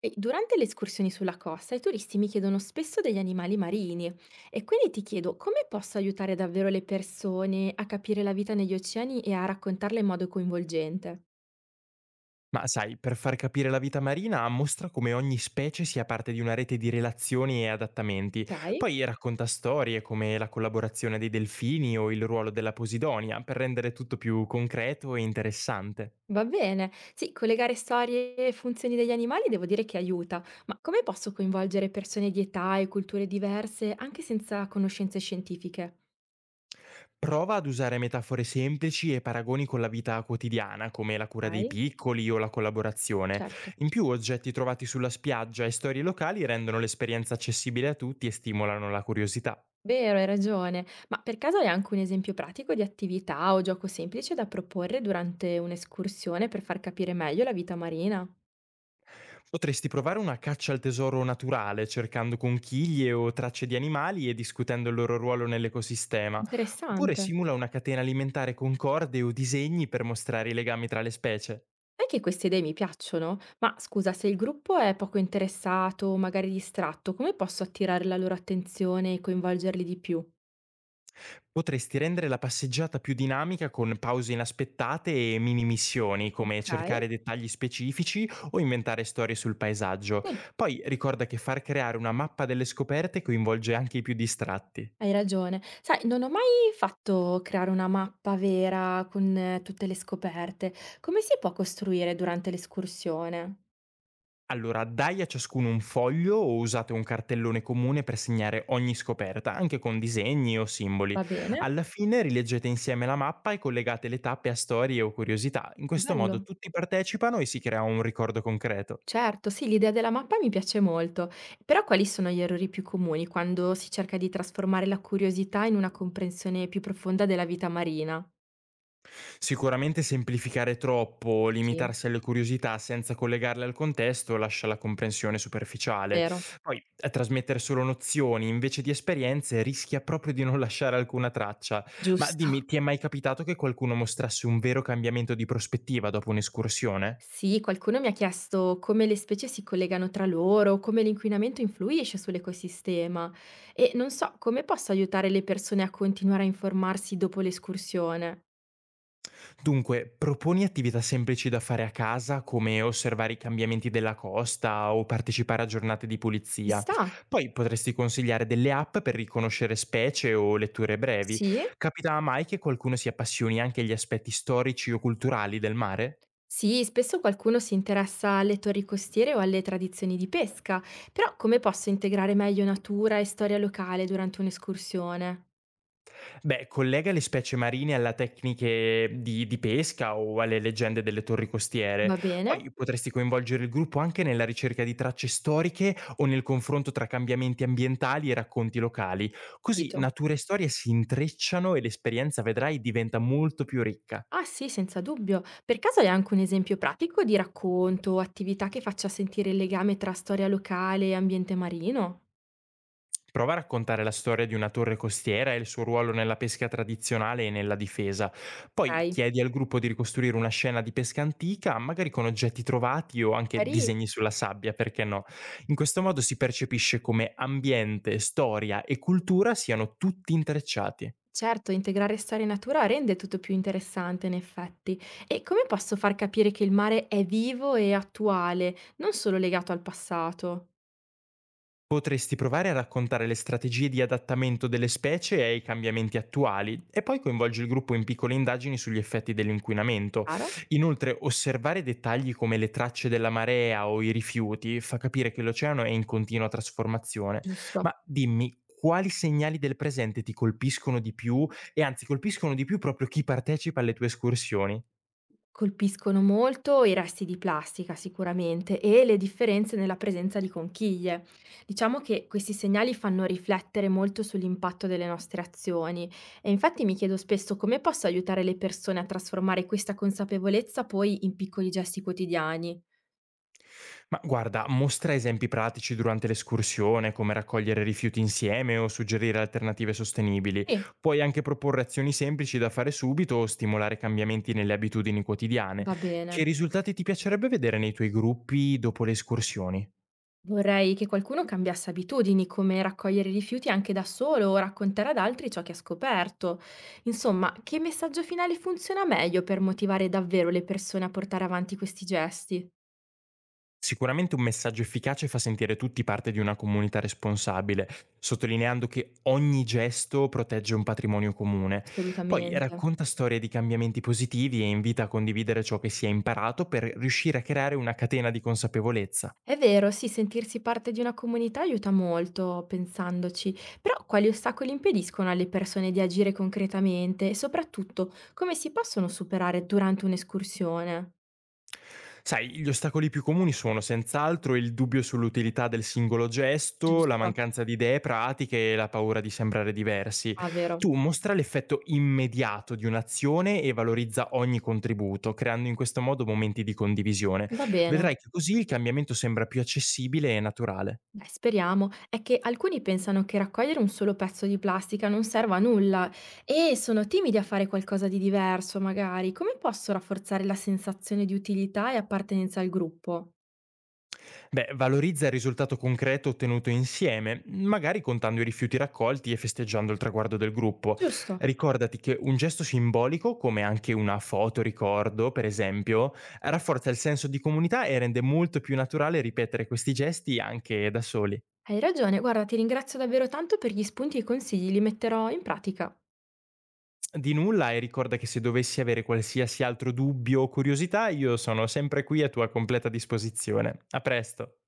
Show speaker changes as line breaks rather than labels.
E durante le escursioni sulla costa, i turisti mi chiedono spesso degli animali marini e quindi ti chiedo come posso aiutare davvero le persone a capire la vita negli oceani e a raccontarla in modo coinvolgente.
Ma sai, per far capire la vita marina mostra come ogni specie sia parte di una rete di relazioni e adattamenti.
Ok?
Poi racconta storie come la collaborazione dei delfini o il ruolo della Posidonia per rendere tutto più concreto e interessante.
Va bene. Sì, collegare storie e funzioni degli animali devo dire che aiuta, ma come posso coinvolgere persone di età e culture diverse anche senza conoscenze scientifiche?
Prova ad usare metafore semplici e paragoni con la vita quotidiana, come la cura dei
Ok?
piccoli o la collaborazione.
Certo.
In più, oggetti trovati sulla spiaggia e storie locali rendono l'esperienza accessibile a tutti e stimolano la curiosità.
Vero, hai ragione. Ma per caso hai anche un esempio pratico di attività o gioco semplice da proporre durante un'escursione per far capire meglio la vita marina?
Potresti provare una caccia al tesoro naturale, cercando conchiglie o tracce di animali e discutendo il loro ruolo nell'ecosistema, oppure
Interessante.
simula una catena alimentare con corde o disegni per mostrare i legami tra le specie.
Sai che queste idee mi piacciono, ma scusa, se il gruppo è poco interessato o magari distratto, come posso attirare la loro attenzione e coinvolgerli di più?
Potresti rendere la passeggiata più dinamica con pause inaspettate e mini missioni, come
Ok,
cercare dettagli specifici o inventare storie sul paesaggio.
sì,
Poi ricorda che far creare una mappa delle scoperte coinvolge anche i più distratti.
hai ragione. Sai, non ho mai fatto creare una mappa vera con tutte le scoperte. Come si può costruire durante l'escursione?
Allora, dai a ciascuno un foglio o usate un cartellone comune per segnare ogni scoperta, anche con disegni o simboli.
Va bene.
Alla fine rileggete insieme la mappa e collegate le tappe a storie o curiosità. In questo modo
Bello.
tutti partecipano e si crea un ricordo concreto.
Certo, sì, l'idea della mappa mi piace molto, però quali sono gli errori più comuni quando si cerca di trasformare la curiosità in una comprensione più profonda della vita marina?
Sicuramente semplificare troppo o
Sì,
limitarsi alle curiosità senza collegarle al contesto lascia la comprensione superficiale.
vero,
Poi trasmettere solo nozioni invece di esperienze rischia proprio di non lasciare alcuna traccia. Ma dimmi,
giusto.
ti è mai capitato che qualcuno mostrasse un vero cambiamento di prospettiva dopo un'escursione?
Sì, qualcuno mi ha chiesto come le specie si collegano tra loro, come l'inquinamento influisce sull'ecosistema e non so come posso aiutare le persone a continuare a informarsi dopo l'escursione.
Dunque, proponi attività semplici da fare a casa come osservare i cambiamenti della costa o partecipare a giornate di
Ci
pulizia.
sta?
Poi potresti consigliare delle app per riconoscere specie o letture brevi.
Sì?
Capita mai che qualcuno si appassioni anche agli aspetti storici o culturali del mare?
Sì, spesso qualcuno si interessa alle torri costiere o alle tradizioni di pesca, però come posso integrare meglio natura e storia locale durante un'escursione?
Beh, collega le specie marine alla tecniche di pesca o alle leggende delle torri costiere.
Va bene?
Poi potresti coinvolgere il gruppo anche nella ricerca di tracce storiche o nel confronto tra cambiamenti ambientali e racconti locali. Così
Capito.
natura e storia si intrecciano e l'esperienza, vedrai, diventa molto più ricca.
Ah sì, senza dubbio. Per caso hai anche un esempio pratico di racconto o attività che faccia sentire il legame tra storia locale e ambiente marino?
Prova a raccontare la storia di una torre costiera e il suo ruolo nella pesca tradizionale e nella difesa. Poi
Ok,
chiedi al gruppo di ricostruire una scena di pesca antica, magari con oggetti trovati o anche
carino.
disegni sulla sabbia, perché no? In questo modo si percepisce come ambiente, storia e cultura siano tutti intrecciati.
Certo, integrare storia e natura rende tutto più interessante, in effetti. E come posso far capire che il mare è vivo e attuale, non solo legato al passato?
Potresti provare a raccontare le strategie di adattamento delle specie ai cambiamenti attuali e poi coinvolgi il gruppo in piccole indagini sugli effetti dell'inquinamento.
Chiaro.
Inoltre, osservare dettagli come le tracce della marea o i rifiuti fa capire che l'oceano è in continua trasformazione.
Giusto.
Ma dimmi, quali segnali del presente ti colpiscono di più e anzi colpiscono di più proprio chi partecipa alle tue escursioni?
Colpiscono molto i resti di plastica sicuramente e le differenze nella presenza di conchiglie. Diciamo che questi segnali fanno riflettere molto sull'impatto delle nostre azioni e infatti mi chiedo spesso come posso aiutare le persone a trasformare questa consapevolezza poi in piccoli gesti quotidiani.
Ma guarda, mostra esempi pratici durante l'escursione, come raccogliere rifiuti insieme o suggerire alternative sostenibili.
Sì,
Puoi anche proporre azioni semplici da fare subito o stimolare cambiamenti nelle abitudini quotidiane.
va bene.
Che risultati ti piacerebbe vedere nei tuoi gruppi dopo le escursioni?
Vorrei che qualcuno cambiasse abitudini, come raccogliere i rifiuti anche da solo o raccontare ad altri ciò che ha scoperto. Insomma, che messaggio finale funziona meglio per motivare davvero le persone a portare avanti questi gesti?
Sicuramente un messaggio efficace fa sentire tutti parte di una comunità responsabile, sottolineando che ogni gesto protegge un patrimonio comune. Poi
Assolutamente.
racconta storie di cambiamenti positivi e invita a condividere ciò che si è imparato per riuscire a creare una catena di consapevolezza.
È vero, sì, sentirsi parte di una comunità aiuta molto, pensandoci, però quali ostacoli impediscono alle persone di agire concretamente e soprattutto come si possono superare durante un'escursione?
Sai, gli ostacoli più comuni sono senz'altro il dubbio sull'utilità del singolo gesto, la
Giusto,
mancanza di idee pratiche e la paura di sembrare diversi.
ah, vero.
Tu mostra l'effetto immediato di un'azione e valorizza ogni contributo, creando in questo modo momenti di condivisione.
Va bene.
Vedrai che così il cambiamento sembra più accessibile e naturale.
Speriamo. È che alcuni pensano che raccogliere un solo pezzo di plastica non serva a nulla e sono timidi a fare qualcosa di diverso, magari. Come posso rafforzare la sensazione di utilità e appartenenza al gruppo?
Beh, valorizza il risultato concreto ottenuto insieme, magari contando i rifiuti raccolti e festeggiando il traguardo del gruppo.
Giusto.
Ricordati che un gesto simbolico, come anche una foto ricordo, per esempio, rafforza il senso di comunità e rende molto più naturale ripetere questi gesti anche da soli.
Hai ragione, guarda, ti ringrazio davvero tanto per gli spunti e i consigli, li metterò in pratica.
Di nulla e ricorda che se dovessi avere qualsiasi altro dubbio o curiosità, io sono sempre qui a tua completa disposizione. A presto!